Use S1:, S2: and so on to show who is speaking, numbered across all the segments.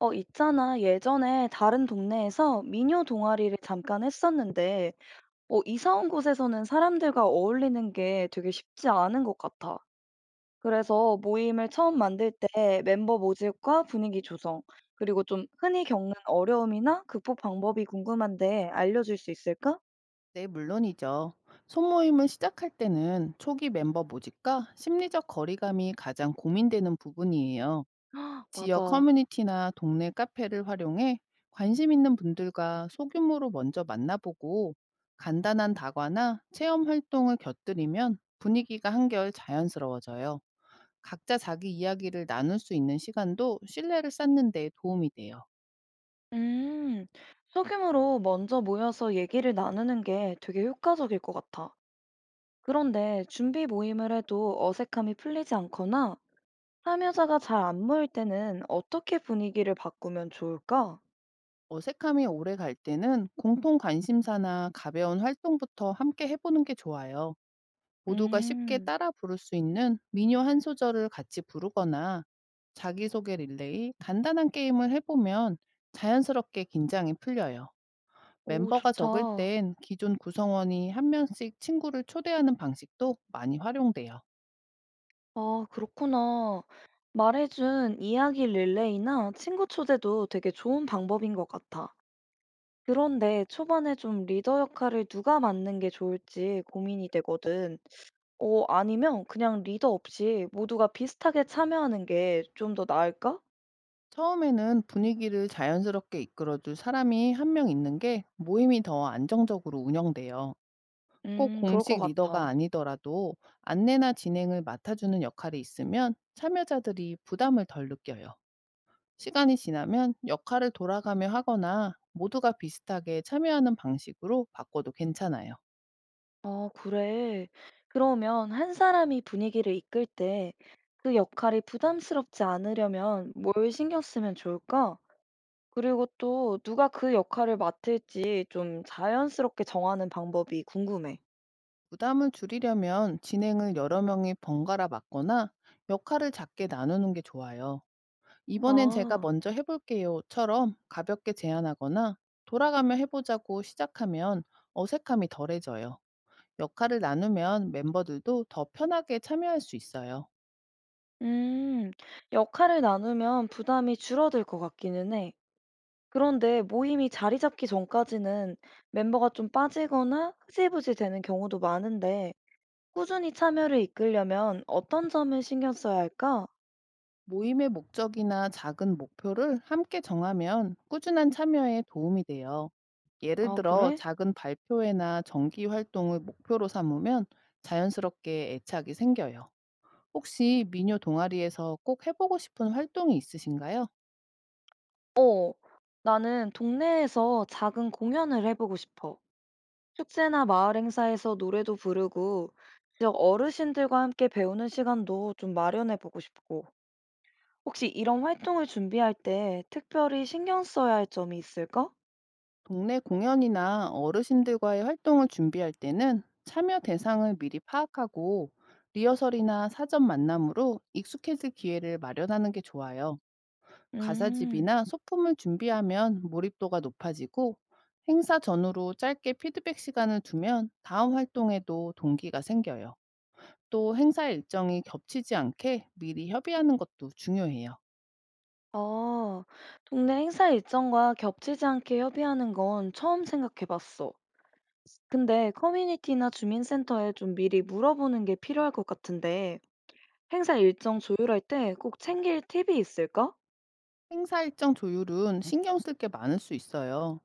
S1: 있잖아. 예전에 다른 동네에서 미녀 동아리를 잠깐 했었는데, 이사 온 곳에서는 사람들과 어울리는 게 되게 쉽지 않은 것 같아. 그래서 모임을 처음 만들 때 멤버 모집과 분위기 조성, 그리고 좀 흔히 겪는 어려움이나 극복 방법이 궁금한데 알려줄 수 있을까?
S2: 네, 물론이죠. 소모임을 시작할 때는 초기 멤버 모집과 심리적 거리감이 가장 고민되는 부분이에요. 지역
S1: 맞아.
S2: 커뮤니티나 동네 카페를 활용해 관심 있는 분들과 소규모로 먼저 만나보고 간단한 다과나 체험 활동을 곁들이면 분위기가 한결 자연스러워져요. 각자 자기 이야기를 나눌 수 있는 시간도 신뢰를 쌓는 데 도움이 돼요.
S1: 음, 소규모로 먼저 모여서 얘기를 나누는 게 되게 효과적일 것 같아. 그런데 준비 모임을 해도 어색함이 풀리지 않거나 참여자가 잘 안 모일 때는 어떻게 분위기를 바꾸면 좋을까?
S2: 어색함이 오래 갈 때는 공통 관심사나 가벼운 활동부터 함께 해보는 게 좋아요. 모두가 쉽게
S1: 음,
S2: 따라 부를 수 있는 민요 한 소절을 같이 부르거나 자기소개 릴레이, 간단한 게임을 해보면 자연스럽게 긴장이 풀려요.
S1: 오,
S2: 멤버가 적을
S1: 좋다.
S2: 땐 기존 구성원이 한 명씩 친구를 초대하는 방식도 많이 활용돼요.
S1: 아, 그렇구나. 말해준 이야기 릴레이나 친구 초대도 되게 좋은 방법인 것 같아. 그런데 초반에 좀 리더 역할을 누가 맡는 게 좋을지 고민이 되거든. 아니면 그냥 리더 없이 모두가 비슷하게 참여하는 게 좀 더 나을까?
S2: 처음에는 분위기를 자연스럽게 이끌어줄 사람이 한 명 있는 게 모임이 더 안정적으로 운영돼요. 꼭
S1: 그럴 것
S2: 공식 리더가
S1: 같아.
S2: 아니더라도 안내나 진행을 맡아주는 역할이 있으면 참여자들이 부담을 덜 느껴요. 시간이 지나면 역할을 돌아가며 하거나 모두가 비슷하게 참여하는 방식으로 바꿔도 괜찮아요.
S1: 아, 그래. 그러면 한 사람이 분위기를 이끌 때 그 역할이 부담스럽지 않으려면 뭘 신경 쓰면 좋을까? 그리고 또 누가 그 역할을 맡을지 좀 자연스럽게 정하는 방법이 궁금해.
S2: 부담을 줄이려면 진행을 여러 명이 번갈아 맡거나 역할을 작게 나누는 게 좋아요. 이번엔 제가
S1: 아,
S2: 먼저 해볼게요처럼 가볍게 제안하거나 돌아가며 해보자고 시작하면 어색함이 덜해져요. 역할을 나누면 멤버들도 더 편하게 참여할 수 있어요.
S1: 음, 역할을 나누면 부담이 줄어들 것 같기는 해. 그런데 모임이 자리 잡기 전까지는 멤버가 좀 빠지거나 흐지부지 되는 경우도 많은데 꾸준히 참여를 이끌려면 어떤 점을 신경 써야 할까?
S2: 모임의 목적이나 작은 목표를 함께 정하면 꾸준한 참여에 도움이 돼요. 예를
S1: 아,
S2: 들어
S1: 그래?
S2: 작은 발표회나 정기 활동을 목표로 삼으면 자연스럽게 애착이 생겨요. 혹시 미녀 동아리에서 꼭 해보고 싶은 활동이 있으신가요?
S1: 어, 나는 동네에서 작은 공연을 해보고 싶어. 축제나 마을 행사에서 노래도 부르고, 지역 어르신들과 함께 배우는 시간도 좀 마련해보고 싶고. 혹시 이런 활동을 준비할 때 특별히 신경 써야 할 점이 있을까?
S2: 동네 공연이나 어르신들과의 활동을 준비할 때는 참여 대상을 미리 파악하고 리허설이나 사전 만남으로 익숙해질 기회를 마련하는 게 좋아요.
S1: 음,
S2: 가사집이나 소품을 준비하면 몰입도가 높아지고 행사 전후로 짧게 피드백 시간을 두면 다음 활동에도 동기가 생겨요. 또 행사 일정이 겹치지 않게 미리 협의하는 것도 중요해요.
S1: 아, 동네 행사 일정과 겹치지 않게 협의하는 건 처음 생각해봤어. 근데 커뮤니티나 주민센터에 좀 미리 물어보는 게 필요할 것 같은데, 행사 일정 조율할 때 꼭 챙길 팁이 있을까?
S2: 행사 일정 조율은 신경 쓸 게 많을 수 있어요.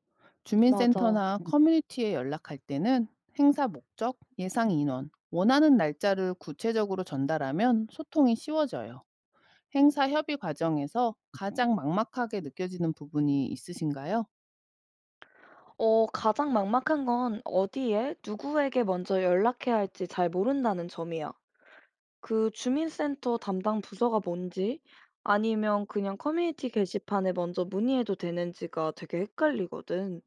S1: 맞아.
S2: 주민센터나 커뮤니티에 연락할 때는 행사 목적, 예상 인원, 원하는 날짜를 구체적으로 전달하면 소통이 쉬워져요. 행사 협의 과정에서 가장 막막하게 느껴지는 부분이 있으신가요?
S1: 가장 막막한 건 어디에 누구에게 먼저 연락해야 할지 잘 모른다는 점이야. 그 주민센터 담당 부서가 뭔지 아니면 그냥 커뮤니티 게시판에 먼저 문의해도 되는지가 되게 헷갈리거든.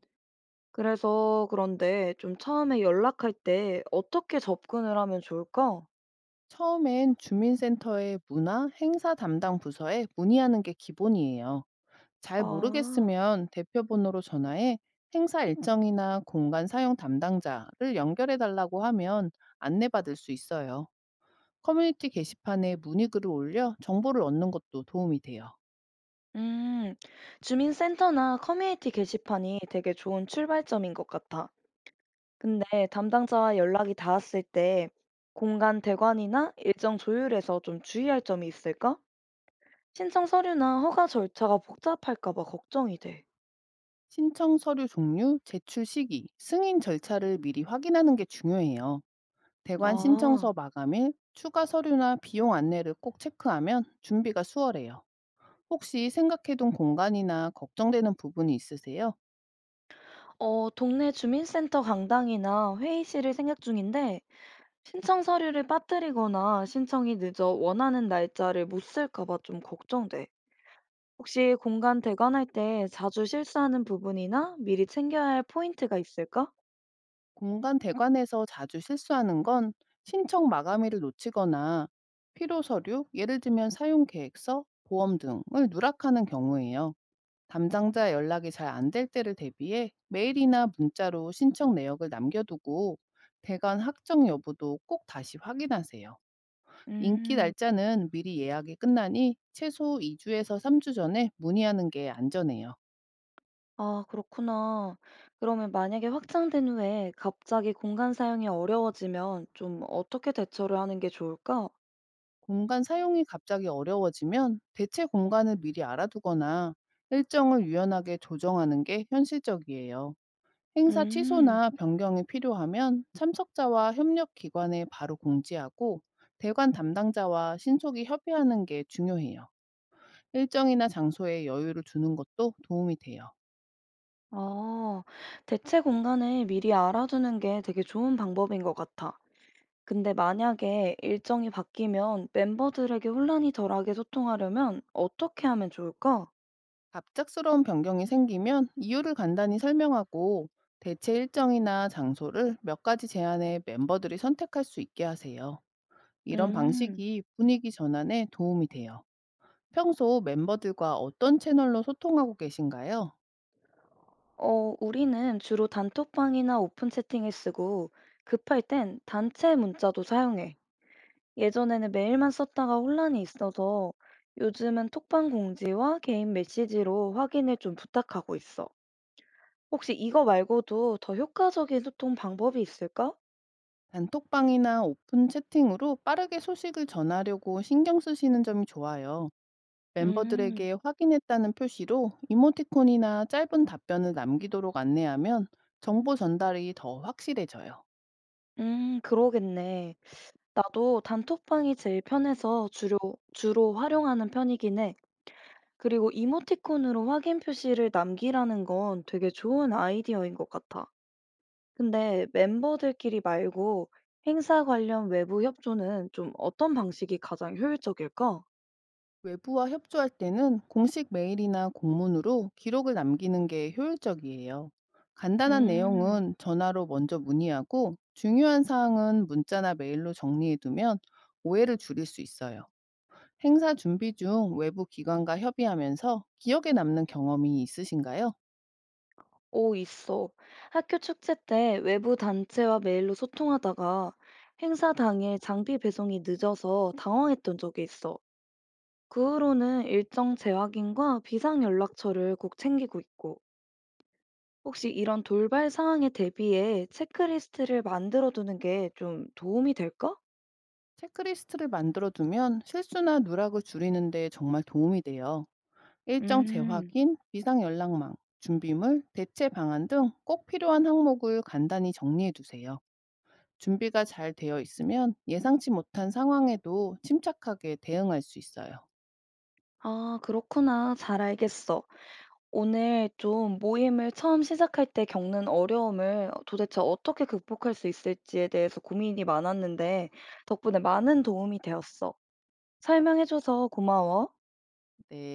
S1: 그래서 그런데 좀 처음에 연락할 때 어떻게 접근을 하면 좋을까?
S2: 처음엔 주민센터의 문화 행사 담당 부서에 문의하는 게 기본이에요. 잘
S1: 아,
S2: 모르겠으면 대표 번호로 전화해 행사 일정이나 공간 사용 담당자를 연결해 달라고 하면 안내받을 수 있어요. 커뮤니티 게시판에 문의글을 올려 정보를 얻는 것도 도움이 돼요.
S1: 음, 주민센터나 커뮤니티 게시판이 되게 좋은 출발점인 것 같아. 근데 담당자와 연락이 닿았을 때 공간 대관이나 일정 조율에서 좀 주의할 점이 있을까? 신청 서류나 허가 절차가 복잡할까 봐 걱정이 돼.
S2: 신청 서류 종류, 제출 시기, 승인 절차를 미리 확인하는 게 중요해요. 대관
S1: 아,
S2: 신청서 마감일, 추가 서류나 비용 안내를 꼭 체크하면 준비가 수월해요. 혹시 생각해둔 공간이나 걱정되는 부분이 있으세요?
S1: 동네 주민센터 강당이나 회의실을 생각 중인데 신청 서류를 빠뜨리거나 신청이 늦어 원하는 날짜를 못 쓸까 봐 좀 걱정돼. 혹시 공간 대관할 때 자주 실수하는 부분이나 미리 챙겨야 할 포인트가 있을까?
S2: 공간 대관에서 자주 실수하는 건 신청 마감일을 놓치거나 필요 서류, 예를 들면 사용 계획서, 보험 등을 누락하는 경우예요. 담당자 연락이 잘 안될 때를 대비해 메일이나 문자로 신청 내역을 남겨두고 대관 확정 여부도 꼭 다시 확인하세요. 인기
S1: 음.
S2: 날짜는 미리 예약이 끝나니 최소 2주에서 3주 전에 문의하는 게 안전해요.
S1: 아, 그렇구나. 그러면 만약에 확장된 후에 갑자기 공간 사용이 어려워지면 좀 어떻게 대처를 하는 게 좋을까?
S2: 공간 사용이 갑자기 어려워지면 대체 공간을 미리 알아두거나 일정을 유연하게 조정하는 게 현실적이에요. 행사
S1: 음,
S2: 취소나 변경이 필요하면 참석자와 협력 기관에 바로 공지하고 대관 담당자와 신속히 협의하는 게 중요해요. 일정이나 장소에 여유를 주는 것도 도움이 돼요.
S1: 아, 대체 공간을 미리 알아두는 게 되게 좋은 방법인 것 같아. 근데 만약에 일정이 바뀌면 멤버들에게 혼란이 덜하게 소통하려면 어떻게 하면 좋을까?
S2: 갑작스러운 변경이 생기면 이유를 간단히 설명하고 대체 일정이나 장소를 몇 가지 제안해 멤버들이 선택할 수 있게 하세요. 이런
S1: 음,
S2: 방식이 분위기 전환에 도움이 돼요. 평소 멤버들과 어떤 채널로 소통하고 계신가요?
S1: 우리는 주로 단톡방이나 오픈 채팅을 쓰고 급할 땐 단체 문자도 사용해. 예전에는 메일만 썼다가 혼란이 있어서 요즘은 톡방 공지와 개인 메시지로 확인을 좀 부탁하고 있어. 혹시 이거 말고도 더 효과적인 소통 방법이 있을까?
S2: 단톡방이나 오픈 채팅으로 빠르게 소식을 전하려고 신경 쓰시는 점이 좋아요.
S1: 음,
S2: 멤버들에게 확인했다는 표시로 이모티콘이나 짧은 답변을 남기도록 안내하면 정보 전달이 더 확실해져요.
S1: 그러겠네. 나도 단톡방이 제일 편해서 주로 활용하는 편이긴 해. 그리고 이모티콘으로 확인 표시를 남기라는 건 되게 좋은 아이디어인 것 같아. 근데 멤버들끼리 말고 행사 관련 외부 협조는 좀 어떤 방식이 가장 효율적일까?
S2: 외부와 협조할 때는 공식 메일이나 공문으로 기록을 남기는 게 효율적이에요. 간단한
S1: 음,
S2: 내용은 전화로 먼저 문의하고 중요한 사항은 문자나 메일로 정리해두면 오해를 줄일 수 있어요. 행사 준비 중 외부 기관과 협의하면서 기억에 남는 경험이 있으신가요?
S1: 오, 있어. 학교 축제 때 외부 단체와 메일로 소통하다가 행사 당일 장비 배송이 늦어서 당황했던 적이 있어. 그 후로는 일정 재확인과 비상 연락처를 꼭 챙기고 있고, 혹시 이런 돌발 상황에 대비해 체크리스트를 만들어 두는 게 좀 도움이 될까?
S2: 체크리스트를 만들어 두면 실수나 누락을 줄이는데 정말 도움이 돼요. 일정
S1: 음.
S2: 재확인, 비상 연락망, 준비물, 대체 방안 등 꼭 필요한 항목을 간단히 정리해 두세요. 준비가 잘 되어 있으면 예상치 못한 상황에도 침착하게 대응할 수 있어요.
S1: 아, 그렇구나. 잘 알겠어. 오늘 좀 모임을 처음 시작할 때 겪는 어려움을 도대체 어떻게 극복할 수 있을지에 대해서 고민이 많았는데, 덕분에 많은 도움이 되었어. 설명해줘서 고마워.
S2: 네.